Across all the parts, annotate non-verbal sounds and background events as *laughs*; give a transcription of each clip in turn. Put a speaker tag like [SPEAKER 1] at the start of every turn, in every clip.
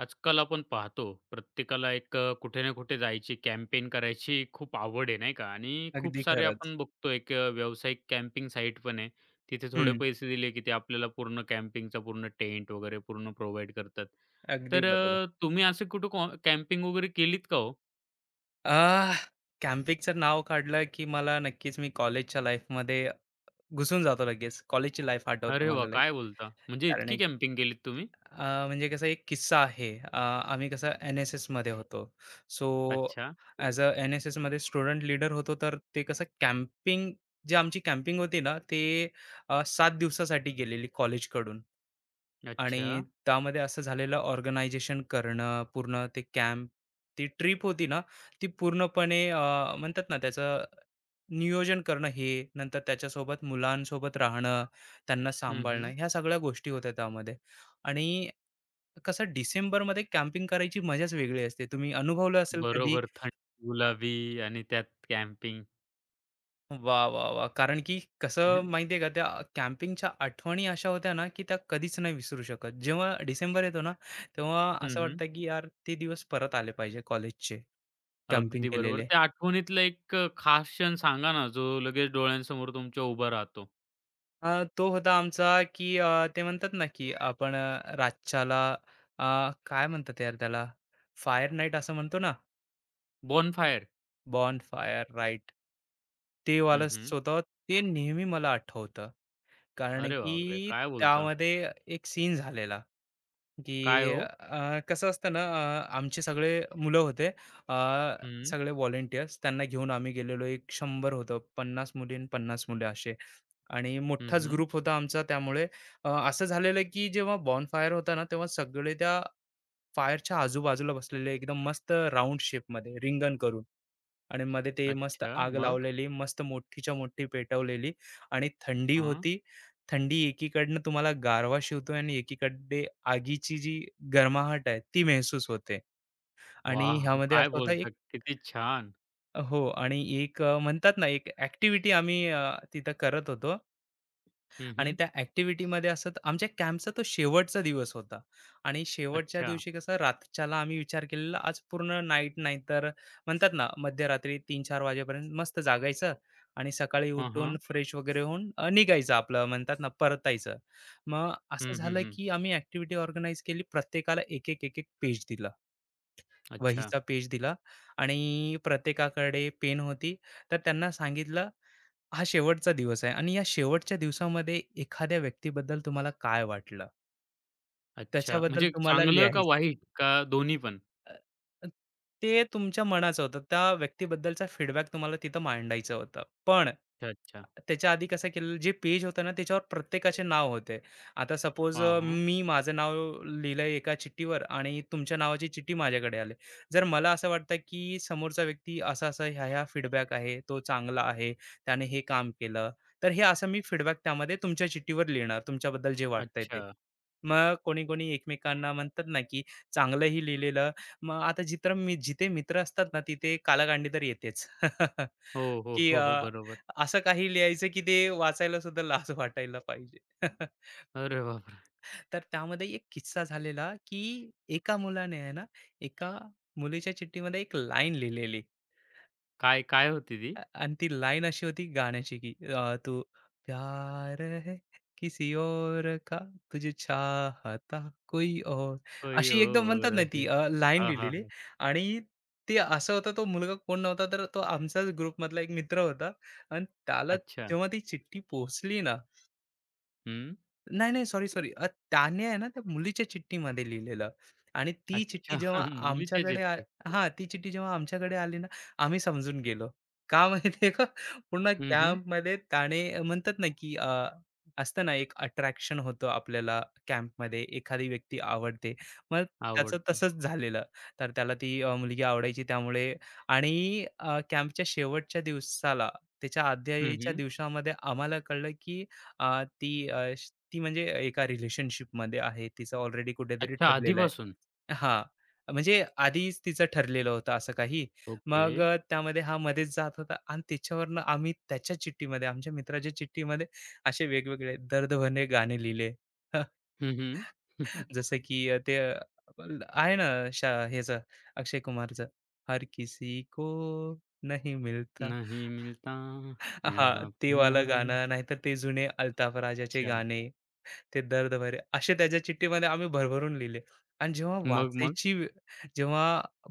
[SPEAKER 1] आजकाल आपण पाहतो प्रत्येकाला एक कुठे ना कुठे जायची कॅम्पेन करायची खूप आवड आहे नाही का. आणि खूप
[SPEAKER 2] अगदी
[SPEAKER 1] सारे
[SPEAKER 2] खरंच.
[SPEAKER 1] आपण बघतो एक व्यावसायिक कॅम्पिंग साईट पण आहे. तिथे थोडे
[SPEAKER 2] हं,
[SPEAKER 1] पैसे दिले की ते आपल्याला पूर्ण कॅम्पिंगचा पूर्ण टेंट वगैरे पूर्ण प्रोव्हाइड करतात.
[SPEAKER 2] अगदी
[SPEAKER 1] तर
[SPEAKER 2] बरोबर.
[SPEAKER 1] तुम्ही असे कुठं कॅम्पिंग वगैरे केलीत का हो?
[SPEAKER 2] आह, कॅम्पिंगचं नाव काढलं, की मला नक्कीच मी कॉलेजच्या लाईफमध्ये घुसून जातो लगेच. कॉलेजची लाईफ आठवते
[SPEAKER 1] अरे वा,
[SPEAKER 2] मला लई.
[SPEAKER 1] काय बोलता? म्हणजे
[SPEAKER 2] कारण
[SPEAKER 1] इतकी
[SPEAKER 2] एक
[SPEAKER 1] कॅम्पिंग केलीत तुम्ही?
[SPEAKER 2] म्हणजे कसा एक किस्सा आहे. आम्ही कसं एन-एस-एसमध्ये होतो. सो
[SPEAKER 1] अच्छा.
[SPEAKER 2] ॲज अ एन-एस-एसमध्ये स्टुडंट लीडर होतो, तर ते कसं कॅम्पिंग जी आमची कॅम्पिंग होती ना, ते 7 दिवसासाठी गेलेली कॉलेजकडून.
[SPEAKER 1] अच्छा.
[SPEAKER 2] आणि त्यामध्ये असं झालेलं ऑर्गनायझेशन करणं, पूर्ण ते कॅम्प, ती ट्रिप होती ना, ती पूर्णपणे म्हणतात ना त्याचं नियोजन करणं हे, नंतर त्याच्यासोबत मुलांसोबत राहणं, त्यांना
[SPEAKER 1] हम्म
[SPEAKER 2] सांभाळणं,
[SPEAKER 1] हम्म
[SPEAKER 2] ह्या सगळ्या गोष्टी होत्या त्यामध्ये. आणि कसं डिसेंबरमध्ये कॅम्पिंग करायची मजाच वेगळी असते. तुम्ही अनुभवलं असेल कधी?
[SPEAKER 1] बरोबर. थंड, गुलाबी आणि त्यात कॅम्पिंग.
[SPEAKER 2] वाह, वाह, वाह! कारण की कसं माहिती आहे का, त्या कॅम्पिंगच्या आठवणी अशा होत्या ना, की त्या कधीच नाही विसरू शकत. जेव्हा डिसेंबर येतो ना, तेव्हा असं वाटतं
[SPEAKER 1] *laughs*
[SPEAKER 2] की यार ते दिवस परत आले पाहिजे कॉलेजचे, कॅम्पिंग
[SPEAKER 1] अगदी बरोबर.
[SPEAKER 2] केलेले.
[SPEAKER 1] त्या आठवणीतला एक खास क्षण सांगा ना, जो लगेच डोळ्यांसमोर तुमच्या उभा राहतो?
[SPEAKER 2] तो होता आमचा की ते म्हणतात ना की आपण रातच्याला अ, काय म्हणतात यार त्याला फायर नाईट असं म्हणतो ना
[SPEAKER 1] बॉनफायर.
[SPEAKER 2] बॉन फायर राईट ते
[SPEAKER 1] हं,
[SPEAKER 2] वालं
[SPEAKER 1] हं.
[SPEAKER 2] स्वतः ते नेहमी मला आठवतं कारण
[SPEAKER 1] अरे बापरे!
[SPEAKER 2] की
[SPEAKER 1] काय बोलता?
[SPEAKER 2] त्यामध्ये एक सीन झालेला
[SPEAKER 1] काय
[SPEAKER 2] की
[SPEAKER 1] हो?
[SPEAKER 2] कसं असतं ना आमचे सगळे मुलं होते अ,
[SPEAKER 1] हं,
[SPEAKER 2] सगळे व्हॉलेंटियर्स त्यांना घेऊन आम्ही गेलेलो 100 होतं 50 मुली आणि 50 मुले असे आणि
[SPEAKER 1] हं,
[SPEAKER 2] मोठाच
[SPEAKER 1] हं.
[SPEAKER 2] ग्रुप होता आमचा त्यामुळे असं झालेलं की जेव्हा बॉन फायर होता ना तेव्हा सगळे त्या फायरच्या आजूबाजूला बसलेले एकदम मस्त राऊंड शेपमध्ये रिंगण करून आणि मध्ये ते मस्त
[SPEAKER 1] अच्छा.
[SPEAKER 2] आग
[SPEAKER 1] मग?
[SPEAKER 2] लावलेली मस्त मोठीच्या मोठी पेटवलेली आणि थंडी
[SPEAKER 1] हां.
[SPEAKER 2] होती थंडी एकीकडनं तुम्हाला गारवा शिवतोय आणि एकीकडे आगीची जी गरमाहट आहे ती महसूस होते आणि
[SPEAKER 1] वॉव!
[SPEAKER 2] ह्यामध्ये
[SPEAKER 1] काय
[SPEAKER 2] असं होतं एक
[SPEAKER 1] बोलता? किती छान.
[SPEAKER 2] हो आणि एक म्हणतात ना एक ऍक्टिव्हिटी आम्ही तिथं करत होतो
[SPEAKER 1] हं,
[SPEAKER 2] आणि
[SPEAKER 1] हं.
[SPEAKER 2] त्या ॲक्टिव्हिटीमध्ये असं आमच्या कॅम्पचा तो शेवटचा दिवस होता आणि शेवटच्या
[SPEAKER 1] अच्छा.
[SPEAKER 2] दिवशी कसं रातच्याला आम्ही विचार केलेला आज पूर्ण नाईट नाही तर म्हणतात ना मध्यरात्री 3-4 वाजेपर्यंत मस्त जागायचं आणि सकाळी
[SPEAKER 1] हां,
[SPEAKER 2] उठून
[SPEAKER 1] हां.
[SPEAKER 2] फ्रेश वगैरे होऊन निघायचं आपलं म्हणतात ना परतायचं मग असं
[SPEAKER 1] हं, हं,
[SPEAKER 2] झालं
[SPEAKER 1] हं.
[SPEAKER 2] की आम्ही ऍक्टिव्हिटी ऑर्गनाईज केली प्रत्येकाला एक एक एक एक पेज दिला
[SPEAKER 1] अच्छा,
[SPEAKER 2] वहीचा पेज दिला आणि प्रत्येकाकडे पेन होती तर त्यांना सांगितलं हा शेवटचा दिवस आहे आणि या शेवटच्या दिवसामध्ये एखाद्या व्यक्तीबद्दल तुम्हाला काय वाटलं?
[SPEAKER 1] अच्छा.
[SPEAKER 2] त्याच्याबद्दल
[SPEAKER 1] म्हणजे
[SPEAKER 2] तुम्हाला
[SPEAKER 1] चांगलं का
[SPEAKER 2] लिहायचं
[SPEAKER 1] वाईट का दोन्ही पण?
[SPEAKER 2] अ, ते तुमच्या मनाचं होतं. त्या व्यक्तीबद्दलचा फीडबॅक तुम्हाला तिथं मांडायचं होतं. पण
[SPEAKER 1] अच्छा, अच्छा.
[SPEAKER 2] त्याच्या आधी कसं केलेलं, जे पेज होतं ना, त्याच्यावर प्रत्येकाचे नाव होते. आता सपोज
[SPEAKER 1] हां, हां.
[SPEAKER 2] मी माझं नाव लिहिलंय एका चिठ्ठीवर आणि तुमच्या नावाची चिठ्ठी माझ्याकडे आली. जर मला असं वाटतं की समोरचा व्यक्ती असा-असा, ह्या-ह्या फीडबॅक आहे, तो चांगला आहे, त्याने हे काम केलं, तर हे असं मी फीडबॅक त्यामध्ये तुमच्या चिठ्ठीवर लिहिणार, तुमच्याबद्दल जे वाटतंय ते.
[SPEAKER 1] अच्छा.
[SPEAKER 2] मग कोणी-कोणी एकमेकांना म्हणतात ना, की चांगलंही लिहिलेलं मग आता जित्र मी जिथे मित्र असतात ना, तिथे कालागांडी तर येतेच. *laughs*
[SPEAKER 1] हो, हो,
[SPEAKER 2] की
[SPEAKER 1] हो, हो. बरोबर.
[SPEAKER 2] असं काही लिहायचं की ते वाचायला सुद्धा लाज वाटायला पाहिजे. *laughs*
[SPEAKER 1] अरे बापरे!
[SPEAKER 2] तर त्यामध्ये एक किस्सा झालेला, की एका मुलाने आहे ना, एका मुलीच्या चिठ्ठीमध्ये एक लाईन लिहिलेली.
[SPEAKER 1] काय काय होती ती?
[SPEAKER 2] आणि ती लाईन अशी होती गाण्याची की तू प्यार है किसी और का तुझे चाहता कोई और
[SPEAKER 1] कोई
[SPEAKER 2] अशी एकदम म्हणतात
[SPEAKER 1] और
[SPEAKER 2] ना
[SPEAKER 1] है.
[SPEAKER 2] ती लाईन
[SPEAKER 1] हां, हां,
[SPEAKER 2] लिहिलेली
[SPEAKER 1] हां.
[SPEAKER 2] आणि ते असं होतं तो मुलगा कोण नव्हता तर तो आमचाच ग्रुपमधला एक मित्र होता आणि त्याला
[SPEAKER 1] अच्छा.
[SPEAKER 2] जेव्हा ती चिठ्ठी पोहोचली ना
[SPEAKER 1] हं.
[SPEAKER 2] नाही, नाही. Sorry, sorry. त्याने आहे ना, त्या मुलीच्या चिठ्ठीमध्ये लिहिलेलं आणि ती चिठ्ठी
[SPEAKER 1] अच्छा.
[SPEAKER 2] जेव्हा
[SPEAKER 1] *laughs* मुलीच्या
[SPEAKER 2] आमच्याकडे आ
[SPEAKER 1] चिठ्ठी.
[SPEAKER 2] हां, ती चिठ्ठी जेव्हा आमच्याकडे आली ना, आम्ही समजून गेलो. का माहिती आहे का? पूर्ण
[SPEAKER 1] हं, हं.
[SPEAKER 2] कॅम्पमध्ये त्याने म्हणतात ना, की असतं ना, एक अट्रॅक्शन होतं आपल्याला कॅम्पमध्ये एखादी व्यक्ती आवडते. मग त्याचं
[SPEAKER 1] आवडती.
[SPEAKER 2] तसंच झालेलं. तर त्याला ती मुलगी आवडायची त्यामुळे आणि कॅम्पच्या शेवटच्या दिवसाला त्याच्या
[SPEAKER 1] हं,
[SPEAKER 2] आधीच्या
[SPEAKER 1] हं.
[SPEAKER 2] दिवसामध्ये आम्हाला कळलं, की अ, ती अ, श ती म्हणजे एका रिलेशनशिपमध्ये आहे. तिचं ऑलरेडी कुठेतरी
[SPEAKER 1] अच्छा,
[SPEAKER 2] ठरलेलं आहे
[SPEAKER 1] आधीपासून.
[SPEAKER 2] हां. म्हणजे आधीच तिचं ठरलेलं होतं असं काही.
[SPEAKER 1] ओके.
[SPEAKER 2] मग त्यामध्ये हा मध्येच जात होता आणि त्याच्यावरनं आम्ही त्याच्या चिठ्ठीमध्ये, आमच्या मित्राच्या चिठ्ठीमध्ये असे वेगवेगळे दर्द गाणे लिहिले. *laughs*
[SPEAKER 1] हं, हं.
[SPEAKER 2] जसं की अ, ते अ, ल- आहे ना शा ह्याचं अक्षय कुमारचं, हर किसी को नहीं मिलता. *laughs*
[SPEAKER 1] नहीं *laughs* मिलता.
[SPEAKER 2] हां,
[SPEAKER 1] यहाँ
[SPEAKER 2] ते वालं
[SPEAKER 1] प्यार.
[SPEAKER 2] गाणं नाहीतर ते जुने अल्ताफ राजाचे
[SPEAKER 1] अच्छा.
[SPEAKER 2] गाणे. ते दर्द भरे असे त्याच्या चिठ्ठीमध्ये आम्ही भरभरून लिहिले. आणि जेव्हा
[SPEAKER 1] मग, मग?
[SPEAKER 2] वाचायची वे जेव्हा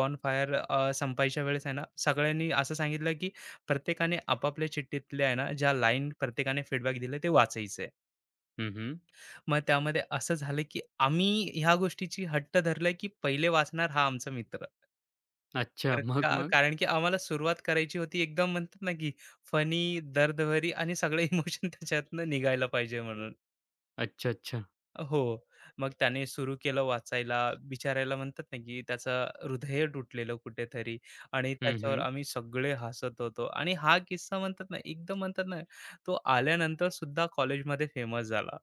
[SPEAKER 2] बॉनफायर संपायच्या वेळेस आहे ना, सगळ्यांनी असं सांगितलं, की प्रत्येकाने आपापल्या चिठ्ठीतल्या आहे ना, ज्या लाईन प्रत्येकाने फीडबॅक दिले ते वाचायचंय.
[SPEAKER 1] हं, हं.
[SPEAKER 2] मग त्यामध्ये असं झालं, की आम्ही ह्या गोष्टीची हट्ट धरलाय, की पहिले वाचणार हा आमचा मित्र.
[SPEAKER 1] अच्छा.
[SPEAKER 2] तर का
[SPEAKER 1] मग, मग?
[SPEAKER 2] कारण की आम्हाला सुरुवात करायची होती एकदम म्हणतात ना, की फनी, दर्दभरी आणि सगळे *laughs* इमोशन त्याच्यातनं निघायला पाहिजे म्हणून.
[SPEAKER 1] अच्छा, अच्छा.
[SPEAKER 2] हो. मग त्याने सुरू केलं वाचायला, बिचाऱ्याला म्हणतात ना, की त्याचं हृदय तुटलेलं कुठेतरी आणि
[SPEAKER 1] हं,
[SPEAKER 2] त्याच्यावर
[SPEAKER 1] हं.
[SPEAKER 2] आम्ही सगळे हसत होतो आणि हा किस्सा म्हणतात ना, एकदम म्हणतात ना, तो आल्यानंतर सुद्धा कॉलेजमध्ये फेमस झाला.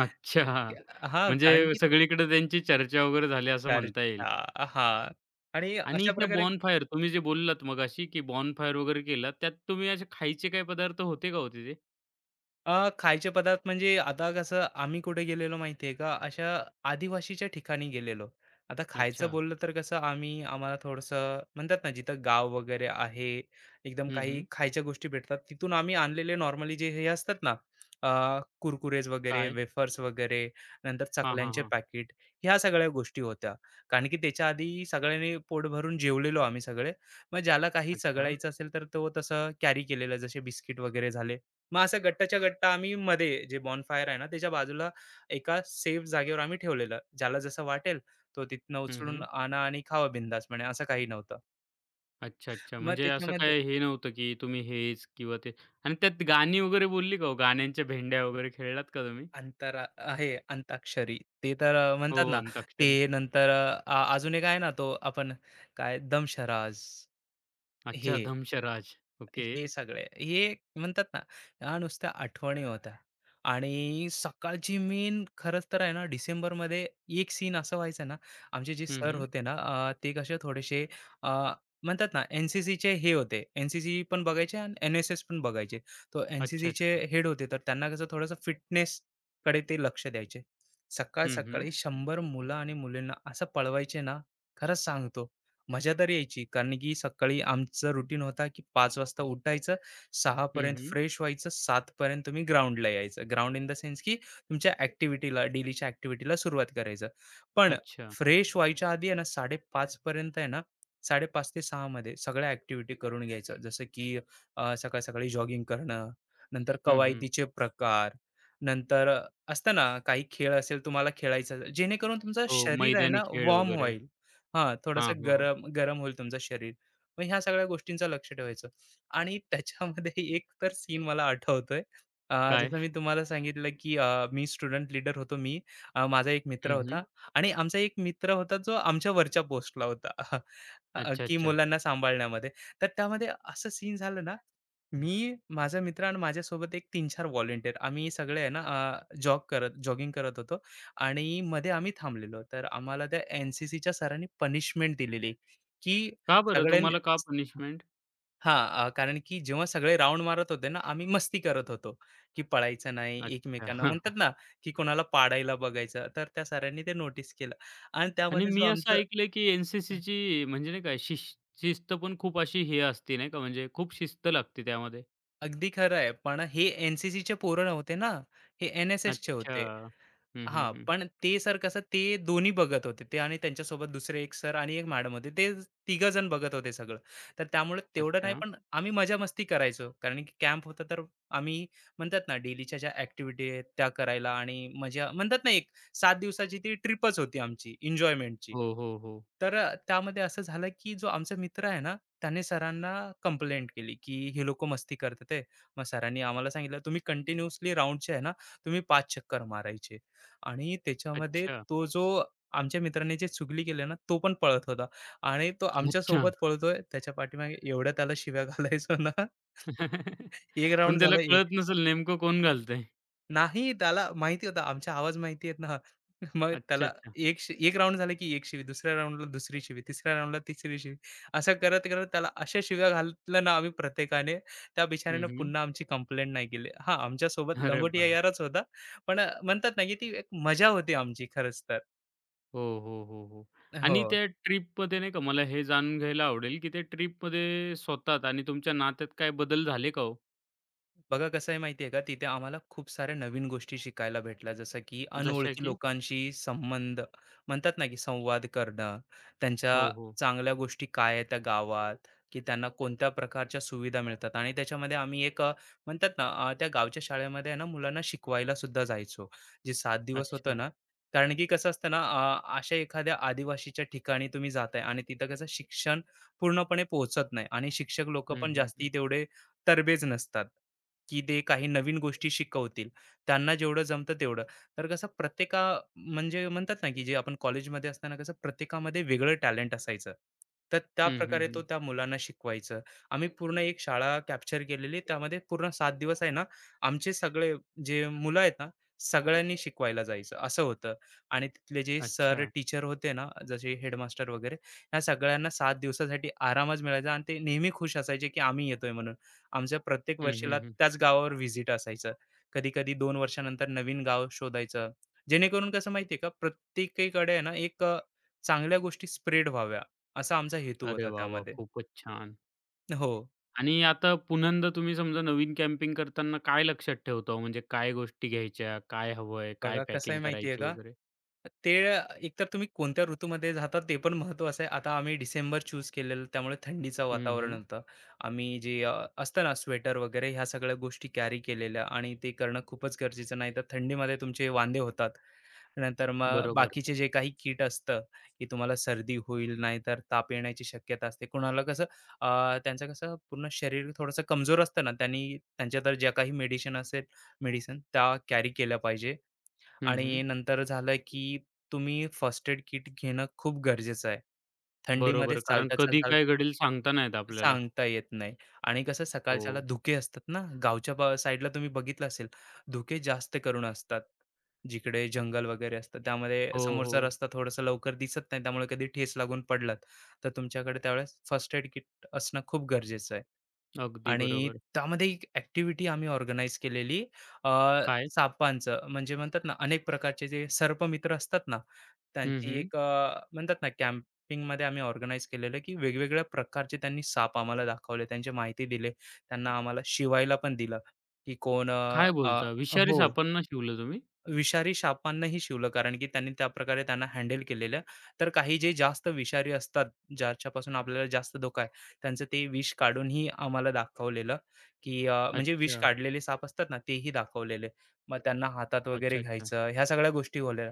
[SPEAKER 1] अच्छा.
[SPEAKER 2] क्या
[SPEAKER 1] म्हणजे
[SPEAKER 2] कारण की
[SPEAKER 1] सगळीकडे त्यांची चर्चा वगैरे झाली असं म्हणता येईल.
[SPEAKER 2] चर्चा हां. आणि
[SPEAKER 1] आणि
[SPEAKER 2] अशा
[SPEAKER 1] इथे
[SPEAKER 2] प्रकारे
[SPEAKER 1] बॉनफायर तुम्ही जे बोललात मगाशी, की बॉनफायर वगैरे केला, त्यात तुम्ही असे खायचे काही पदार्थ होते का हो तिथे?
[SPEAKER 2] खायचे पदार्थ म्हणजे आता कसं आम्ही कुठे गेलेलो माहिती आहे का, अशा आदिवासीच्या ठिकाणी गेलेलो. आता
[SPEAKER 1] अच्छा.
[SPEAKER 2] खायचं बोललं तर कसं आम्हाला थोडंसं म्हणतात ना, जिथं गाव वगैरे आहे, एकदम
[SPEAKER 1] हं,
[SPEAKER 2] काही
[SPEAKER 1] हं.
[SPEAKER 2] खायच्या गोष्टी भेटतात. तिथून आम्ही आणलेले नॉर्मली जे हे असतात ना, कुरकुरेज वगैरे,
[SPEAKER 1] काय?
[SPEAKER 2] वेफर्स वगैरे, नंतर
[SPEAKER 1] हां, हां,
[SPEAKER 2] चकल्यांचे
[SPEAKER 1] हां.
[SPEAKER 2] पॅकेट, ह्या सगळ्या गोष्टी होत्या. कारण की त्याच्या आधी सगळ्यांनी पोट भरून जेवलेलो आम्ही सगळे. मग ज्याला काही
[SPEAKER 1] अच्छा.
[SPEAKER 2] चघळायचं असेल, तर तो तसं कॅरी केलेलं, जसे बिस्किट वगैरे झाले मग असं गट्टाच्या गट्टा आम्ही मध्ये जे बॉनफायर आहे ना त्याच्या बाजूला एका सेफ जागेवर आम्ही ठेवलेलं. ज्याला जसं वाटेल तो तिथनं
[SPEAKER 1] हं,
[SPEAKER 2] उचलून
[SPEAKER 1] हं.
[SPEAKER 2] आणा आणि खावा बिंदासपणे असं काही नव्हतं.
[SPEAKER 1] अच्छा, अच्छा.
[SPEAKER 2] मग
[SPEAKER 1] म्हणजे असं
[SPEAKER 2] त्याच्यामध्ये
[SPEAKER 1] काही हे नव्हतं, की तुम्ही हेच किंवा ते. आणि त्यात गाणी वगैरे बोलली का हो? गाण्यांच्या भेंड्या वगैरे खेळलात का तुम्ही?
[SPEAKER 2] अंतर आहे अंताक्षरी. ते तर
[SPEAKER 1] हो,
[SPEAKER 2] म्हणतात ना ते
[SPEAKER 1] अंताक्षरी.
[SPEAKER 2] नंतर अजून एक आहे ना तो आपण काय दमशराज हे.
[SPEAKER 1] अच्छा, दंशराज. ओके.
[SPEAKER 2] हे सगळे हे म्हणतात ना ह्या नुसत्या आठवणी होत्या आणि सकाळची मेन खरंच तर आहे ना डिसेंबरमध्ये एक सीन असं व्हायचं ना आमचे जे
[SPEAKER 1] हं,
[SPEAKER 2] सर
[SPEAKER 1] हं.
[SPEAKER 2] होते ना ते कसे थोडेसे अं, म्हणतात ना NCC चे हे होते एनसीसी पण बघायचे आणि एन एस एस पण बघायचे तो
[SPEAKER 1] अच्छा,
[SPEAKER 2] NCC चे
[SPEAKER 1] अच्छा.
[SPEAKER 2] हेड होते तर त्यांना कसं थोडंसं फिटनेस कडे ते लक्ष द्यायचे सकाळ
[SPEAKER 1] हं, हं.
[SPEAKER 2] सकाळी 100 मुलं आणि मुलींना असं पळवायचे ना खरंच सांगतो मजा तर यायची, कारण की सकाळी आमचा रुटीन होता, की 5 वाजता उठायचं, 6
[SPEAKER 1] हं,
[SPEAKER 2] पर्यंत
[SPEAKER 1] हं.
[SPEAKER 2] फ्रेश व्हायचं, 7 पर्यंत तुम्ही ग्राउंडला यायचं. ग्राउंड इन द सेन्स, की तुमच्या ॲक्टिव्हिटीला, डेलीच्या ॲक्टिव्हिटीला सुरुवात करायचं. पण
[SPEAKER 1] अच्छा.
[SPEAKER 2] फ्रेश व्हायच्या आधी आहे ना 5:30 पर्यंत आहे ना, 5:30 ते 6 मध्ये सगळ्या ॲक्टिव्हिटी करून घ्यायचं. जसं की सकाळी-सकाळी जॉगिंग करणं, नंतर
[SPEAKER 1] हं, हं.
[SPEAKER 2] कवायतीचे प्रकार, नंतर असतं ना काही खेळ असेल तुम्हाला खेळायचं, जेणेकरून तुमचं
[SPEAKER 1] हो,
[SPEAKER 2] शरीर आहे
[SPEAKER 1] मैदानी
[SPEAKER 2] ना
[SPEAKER 1] खेळ
[SPEAKER 2] वॉर्म
[SPEAKER 1] वगैरे.
[SPEAKER 2] होईल. हां,
[SPEAKER 1] हां,
[SPEAKER 2] थोडंसं
[SPEAKER 1] हां, हां.
[SPEAKER 2] गरम गरम होईल तुमचं शरीर. मग ह्या सगळ्या गोष्टींचं लक्ष ठेवायचं आणि त्याच्यामध्ये *laughs* एक तर सीन मला आठवतोय.
[SPEAKER 1] काय?
[SPEAKER 2] जसं मी तुम्हाला सांगितलं, की मी स्टुडंट लीडर होतो मी. माझा एक मित्र
[SPEAKER 1] हं, हं.
[SPEAKER 2] होता आणि आमचा एक मित्र होता जो आमच्या वरच्या पोस्टला होता. *laughs*
[SPEAKER 1] अच्छा,
[SPEAKER 2] की
[SPEAKER 1] अच्छा.
[SPEAKER 2] मुलांना सांभाळण्यामध्ये. तर त्यामध्ये असं सीन झालं ना, मी, माझा मित्र आणि माझ्यासोबत एक 3-4 व्हॉलंटियर आम्ही सगळे आहे ना जॉगिंग करत होतो आणि मध्ये आम्ही थांबलेलो. तर आम्हाला त्या एन-सी-सीच्या सरांनी पनिशमेंट दिलेली, की
[SPEAKER 1] का बरं?
[SPEAKER 2] सगळ्यांनी
[SPEAKER 1] तुम्हाला का पनिशमेंट?
[SPEAKER 2] हां, कारण की जेव्हा सगळे राउंड मारत होते ना, आम्ही मस्ती करत होतो, की पळायचं नाही एकमेकांना
[SPEAKER 1] अच्छा.
[SPEAKER 2] म्हणतात ना, की कोणाला पाडायला बघायचं. तर त्या सरांनी ते नोटीस केलं आणि
[SPEAKER 1] आणि
[SPEAKER 2] त्यामध्ये जो
[SPEAKER 1] मी असं
[SPEAKER 2] आमचं
[SPEAKER 1] ऐकलंय, की एन, म्हणजे नाही का, शिस्त पण खूप अशी हे असते नाही का, म्हणजे खूप शिस्त लागते त्यामध्ये.
[SPEAKER 2] अगदी खरं आहे. पण हे एन पोरं नव्हते ना, हे एन-एस-एसचे
[SPEAKER 1] अच्छा.
[SPEAKER 2] होते.
[SPEAKER 1] हं, हं,
[SPEAKER 2] हां,
[SPEAKER 1] हं.
[SPEAKER 2] पण ते सर कसं ते दोन्ही बघत होते. ते आणि त्यांच्यासोबत दुसरे एक सर आणि एक मॅडम होते. ते तिघंजण बघत होते सगळं. तर त्यामुळे तेवढं नाही,
[SPEAKER 1] अच्छा.
[SPEAKER 2] पण आम्ही मजा-मस्ती करायचो. कारण की कॅम्प होता तर आम्ही म्हणतात ना, डेलीच्या ज्या ॲक्टिव्हिटी आहेत त्या करायला आणि मजा म्हणतात ना, एक 7 दिवसाची ती ट्रिपच होती आमची एन्जॉयमेंटची.
[SPEAKER 1] हो, हो, हो.
[SPEAKER 2] तर त्यामध्ये असं झालं की जो आमचा मित्र आहे ना, त्याने सरांना कंप्लेंट केली की "हे लोकं मस्ती करतात आहे." मग सरांनी आम्हाला सांगितलं, "तुम्ही कंटिन्यूअसली राउंडचे आहे ना, तुम्ही 5 चक्कर मारायचे." आणि त्याच्यामध्ये
[SPEAKER 1] अच्छा.
[SPEAKER 2] तो जो आमच्या मित्राने जे चुगली केली ना, तो पण पळत होता आणि तो
[SPEAKER 1] अच्छा.
[SPEAKER 2] आमच्यासोबत पळतोय. त्याच्या पाठीमागे एवढ्या त्याला शिव्या घालायचो ना, *laughs*
[SPEAKER 1] *laughs*
[SPEAKER 2] एक
[SPEAKER 1] पण
[SPEAKER 2] राउंड
[SPEAKER 1] त्याला
[SPEAKER 2] झालं एक
[SPEAKER 1] कळत नसेल नेमकं कोण घालतंय.
[SPEAKER 2] नाही, त्याला माहिती होता आमचा आवाज माहिती आहेत ना. *laughs* मग
[SPEAKER 1] अच्छा,
[SPEAKER 2] त्याला
[SPEAKER 1] अच्छा.
[SPEAKER 2] एक राउंड झालं की एक शिवी, दुसऱ्या राउंडला दुसरी शिवी, तिसऱ्या राउंडला तिसरी शिवी. असं करत-करत त्याला अशा शिव्या घातल्या ना आम्ही प्रत्येकाने, त्या
[SPEAKER 1] हं,
[SPEAKER 2] बिचाऱ्याने
[SPEAKER 1] हं.
[SPEAKER 2] पुन्हा आमची कंप्लेंट नाही केली. हां, आमच्यासोबत
[SPEAKER 1] अरे
[SPEAKER 2] लंगोटी
[SPEAKER 1] बाप!
[SPEAKER 2] यारच होता. पण म्हणतात ना की ती एक मजा होती आमची खरंच तर.
[SPEAKER 1] हो, हो, हो, हो.
[SPEAKER 2] हो.
[SPEAKER 1] आणि त्या ट्रिपमध्ये नाही का, मला हे जाणून घ्यायला आवडेल, की त्या ट्रिपमध्ये स्वतःत आणि तुमच्या नात्यात काय बदल झाले का हो?
[SPEAKER 2] बघा कसं आहे माहिती आहे का, तिथे आम्हाला खूप साऱ्या नवीन गोष्टी शिकायला भेटल्या. जसं की
[SPEAKER 1] जशा
[SPEAKER 2] अनोळखी
[SPEAKER 1] की?
[SPEAKER 2] लोकांशी संबंध म्हणतात ना, की संवाद करणं,
[SPEAKER 1] हो,
[SPEAKER 2] त्यांच्या
[SPEAKER 1] हो.
[SPEAKER 2] चांगल्या गोष्टी काय आहेत त्या गावात, की त्यांना कोणत्या प्रकारच्या सुविधा मिळतात आणि त्याच्यामध्ये आम्ही एक म्हणतात ना, त्या गावच्या शाळेमध्ये आहे ना, मुलांना शिकवायला सुद्धा जायचो. जे 7 दिवस होतं
[SPEAKER 1] अच्छा.
[SPEAKER 2] ना, कारण की कसं असतं ना, अशा एखाद्या आदिवासीच्या ठिकाणी तुम्ही जाताय आणि तिथं कसं शिक्षण पूर्णपणे पोहोचत नाही आणि शिक्षक लोकं
[SPEAKER 1] हं,
[SPEAKER 2] पण
[SPEAKER 1] हं,
[SPEAKER 2] जास्ती
[SPEAKER 1] हं.
[SPEAKER 2] तेवढे तरबेज नसतात. की ते काही नवीन गोष्टी शिकवतील. त्यांना जेवढं जमतं तेवढं. तर कसं प्रत्येका म्हणजे म्हणतात ना, की जे आपण कॉलेजमध्ये असताना कसं प्रत्येकामध्ये वेगळं टॅलेंट असायचं. तर
[SPEAKER 1] हं, हं,
[SPEAKER 2] त्याप्रकारे तो
[SPEAKER 1] हं.
[SPEAKER 2] त्या मुलांना शिकवायचं. आम्ही पूर्ण एक शाळा कॅप्चर केलेली. त्यामध्ये पूर्ण 7 दिवस आहे ना, आमचे सगळे जे मुलं आहेत ना, सगळ्यांनी शिकवायला जायचं असं होतं. आणि तिथले जे सर,
[SPEAKER 1] अच्छा.
[SPEAKER 2] टीचर होते ना, जसे हेडमास्टर वगैरे, ह्या सगळ्यांना 7 दिवसासाठी आरामच मिळायचा आणि ते नेहमी खुश असायचे, की आम्ही येतोय म्हणून. आमच्या प्रत्येक
[SPEAKER 1] हं, हं,
[SPEAKER 2] वर्षीला
[SPEAKER 1] हं.
[SPEAKER 2] त्याच गावावर व्हिजिट असायचं. कधी-कधी 2 वर्षानंतर नवीन गाव शोधायचं. जेणेकरून कसं माहिती आहे का, प्रत्येकीकडे आहे ना, एक चांगल्या गोष्टी स्प्रेड व्हाव्या, असा आमचा हेतू
[SPEAKER 1] अरे
[SPEAKER 2] होता
[SPEAKER 1] वाह, वाह!
[SPEAKER 2] त्यामध्ये.
[SPEAKER 1] खूपच छान.
[SPEAKER 2] हो.
[SPEAKER 1] आणि आता पुन्हा तुम्ही समजा नवीन कॅम्पिंग करताना काय लक्षात ठेवता हो? म्हणजे काय गोष्टी घ्यायच्या? काय हवंय? काय
[SPEAKER 2] बघा कसं आहे
[SPEAKER 1] पॅकिंग
[SPEAKER 2] माहिती आहे
[SPEAKER 1] करायची
[SPEAKER 2] का?
[SPEAKER 1] वगैरे?
[SPEAKER 2] ते एकतर तुम्ही कोणत्या ऋतूमध्ये जाता ते पण महत्त्वाचं आहे. आता आम्ही डिसेंबर चूज केलेलं त्यामुळे थंडीचं
[SPEAKER 1] हं,
[SPEAKER 2] वातावरण
[SPEAKER 1] हं.
[SPEAKER 2] होतं. आम्ही जे असतं ना स्वेटर वगैरे ह्या सगळ्या गोष्टी कॅरी केलेल्या आणि ते करणं खूपच गरजेचं नाही तर थंडीमध्ये तुमचे वांदे होतात. नंतर मग
[SPEAKER 1] बरोबर.
[SPEAKER 2] बाकीचे जे काही किट असतं, की तुम्हाला सर्दी होईल नाहीतर ताप येण्याची शक्यता असते. कुणाला कसं त्यांचं कसं पूर्ण शरीर थोडंसं कमजोर असतं ना त्यांनी त्यांच्या तर ज्या काही मेडिसिन असेल त्या कॅरी केल्या पाहिजे.
[SPEAKER 1] हं, हं.
[SPEAKER 2] आणि नंतर झालं की तुम्ही फर्स्ट एड किट घेणं खूप गरजेचं आहे. थंडीमध्ये
[SPEAKER 1] बरोबर. कारण
[SPEAKER 2] चालता,
[SPEAKER 1] कधी
[SPEAKER 2] चालता
[SPEAKER 1] काय घडेल सांगता नाही येत आपल्याला.
[SPEAKER 2] सांगता येत नाही आणि कसं
[SPEAKER 1] हो.
[SPEAKER 2] सकाळच्याला धुके असतात ना, गावच्या बा साईडला तुम्ही बघितलं असेल, धुके जास्त करून असतात. जिकडे जंगल वगैरे असतं, त्यामध्ये
[SPEAKER 1] हो,
[SPEAKER 2] समोरचा
[SPEAKER 1] हो.
[SPEAKER 2] रस्ता थोडासा लवकर दिसत नाही, त्यामुळे कधी ठेच लागून पडलात, तर तुमच्याकडे त्यावेळेस फर्स्ट एड किट असणं खूप गरजेचं आहे.
[SPEAKER 1] अगदी
[SPEAKER 2] आणि
[SPEAKER 1] बरोबर.
[SPEAKER 2] त्यामध्ये एक ॲक्टिव्हिटी आम्ही ऑर्गनाइज केलेली अ,
[SPEAKER 1] काय?
[SPEAKER 2] सापांचं म्हणजे म्हणतात ना अनेक प्रकारचे जे सर्पमित्र असतात ना
[SPEAKER 1] हं,
[SPEAKER 2] त्यांची
[SPEAKER 1] हं.
[SPEAKER 2] एक म्हणतात ना कॅम्पिंगमध्ये आम्ही ऑर्गनाइज केलेलं की वेगवेगळ्या प्रकारचे त्यांनी साप आम्हाला दाखवले त्यांची माहिती दिले त्यांना आम्हाला शिवायला पण दिलं की कोण अ,
[SPEAKER 1] काय
[SPEAKER 2] अ,
[SPEAKER 1] बोलता? विषारी
[SPEAKER 2] हो
[SPEAKER 1] सापांना शिवलं तुम्ही?
[SPEAKER 2] विषारी सापांनाही शिवलं कारण की त्यांनी त्या प्रकारे त्यांना हँडल केलेलं तर काही जे जास्त विषारी असतात ज्याच्यापासून आपल्याला जास्त धोका आहे त्यांचं ते विष काढूनही आम्हाला दाखवलेलं की म्हणजे विष
[SPEAKER 1] अच्छा.
[SPEAKER 2] काढलेले साप असतात ना तेही दाखवलेले मग त्यांना हातात वगैरे
[SPEAKER 1] अच्छा, अच्छा.
[SPEAKER 2] घ्यायचं ह्या सगळ्या गोष्टी होल्या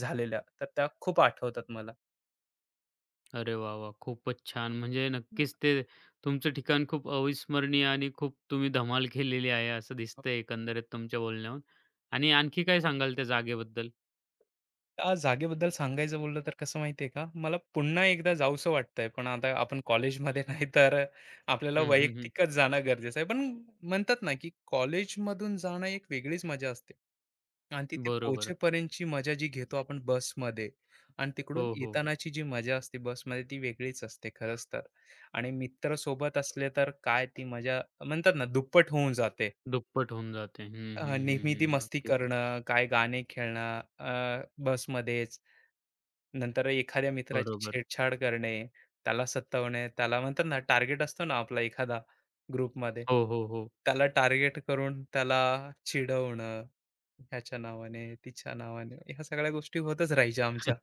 [SPEAKER 2] झालेल्या तर त्या खूप आठवतात मला
[SPEAKER 1] अरे वाह, वाह! खूपच छान. म्हणजे नक्कीच ते तुमचं ठिकाण खूप अविस्मरणीय आणि खूप तुम्ही धमाल केलेली आहे असं दिसतंय एकंदरीत तुमच्या बोलण्यावरून. आणि आणखी काय सांगाल त्या जागेबद्दल?
[SPEAKER 2] आ जागेबद्दल सांगायचं बोललं तर कसं माहितीये का, मला पुन्हा एकदा जावसं वाटतंय. पण आता आपण कॉलेजमध्ये *laughs* नाही तर आपल्याला
[SPEAKER 1] हं, हं, हं.
[SPEAKER 2] वैयक्तिकच जाणं गरजेचं आहे. पण म्हणतात ना, की कॉलेजमधून जाणं एक वेगळीच मजा असते. आणि तिथे
[SPEAKER 1] बरोबर.
[SPEAKER 2] पोहोचेपर्यंतची मजा जी घेतो आपण बसमध्ये आणि तिकडून
[SPEAKER 1] हो, हो.
[SPEAKER 2] येतानाची जी मजा असते बसमध्ये ती वेगळीच असते खरंच तर. आणि मित्र सोबत असले तर काय ती मजा म्हणतात ना दुप्पट होऊन जाते.
[SPEAKER 1] दुप्पट होऊन जाते. हं, हं,
[SPEAKER 2] नेहमी ती
[SPEAKER 1] हं, हं.
[SPEAKER 2] मस्ती
[SPEAKER 1] नक्कीच.
[SPEAKER 2] करणं, काय गाणे खेळणं नंतर एखाद्या मित्राची
[SPEAKER 1] बरोबर.
[SPEAKER 2] छेडछाड करणे, त्याला सतावणे, त्याला म्हणतात ना टार्गेट असतो ना आपला एखादा ग्रुपमध्ये,
[SPEAKER 1] हो, हो, हो.
[SPEAKER 2] त्याला टार्गेट करून त्याला चिडवणं, ह्याच्या नावाने, तिच्या नावाने, ह्या सगळ्या गोष्टी होतच राहायच्या आमच्या.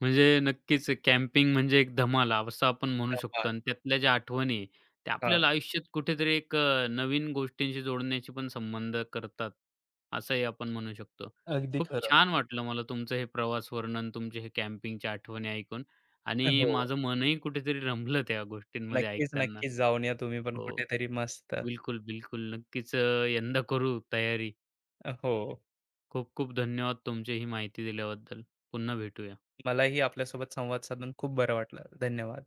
[SPEAKER 1] म्हणजे नक्कीच कॅम्पिंग म्हणजे एक धमाल असं आपण म्हणू
[SPEAKER 2] त्या पार
[SPEAKER 1] शकतो आणि त्यातल्या ज्या आठवणी आहे, त्या
[SPEAKER 2] हां,
[SPEAKER 1] आपल्याला आयुष्यात कुठेतरी एक नवीन गोष्टींशी जोडण्याची पण संबंध करतात, असंही आपण म्हणू शकतो.
[SPEAKER 2] अगदी
[SPEAKER 1] खूप
[SPEAKER 2] खरं.
[SPEAKER 1] छान वाटलं मला तुमचं हे प्रवास वर्णन, तुमचे हे कॅम्पिंगच्या आठवणी ऐकून. आणि
[SPEAKER 2] हो,
[SPEAKER 1] माझं मनही कुठेतरी रमलं त्या गोष्टींमध्ये
[SPEAKER 2] नक्कीच,
[SPEAKER 1] ऐकताना.
[SPEAKER 2] नक्कीच जाऊन या तुम्ही पण
[SPEAKER 1] हो,
[SPEAKER 2] कुठेतरी मस्त.
[SPEAKER 1] बिलकुल, बिलकुल. नक्कीच यंदा करू तयारी.
[SPEAKER 2] हो,
[SPEAKER 1] खूप खूप धन्यवाद तुमची ही माहिती दिल्याबद्दल. पुन्हा भेटूया.
[SPEAKER 2] मलाही आपल्यासोबत संवाद साधून खूप बरं वाटलं. धन्यवाद.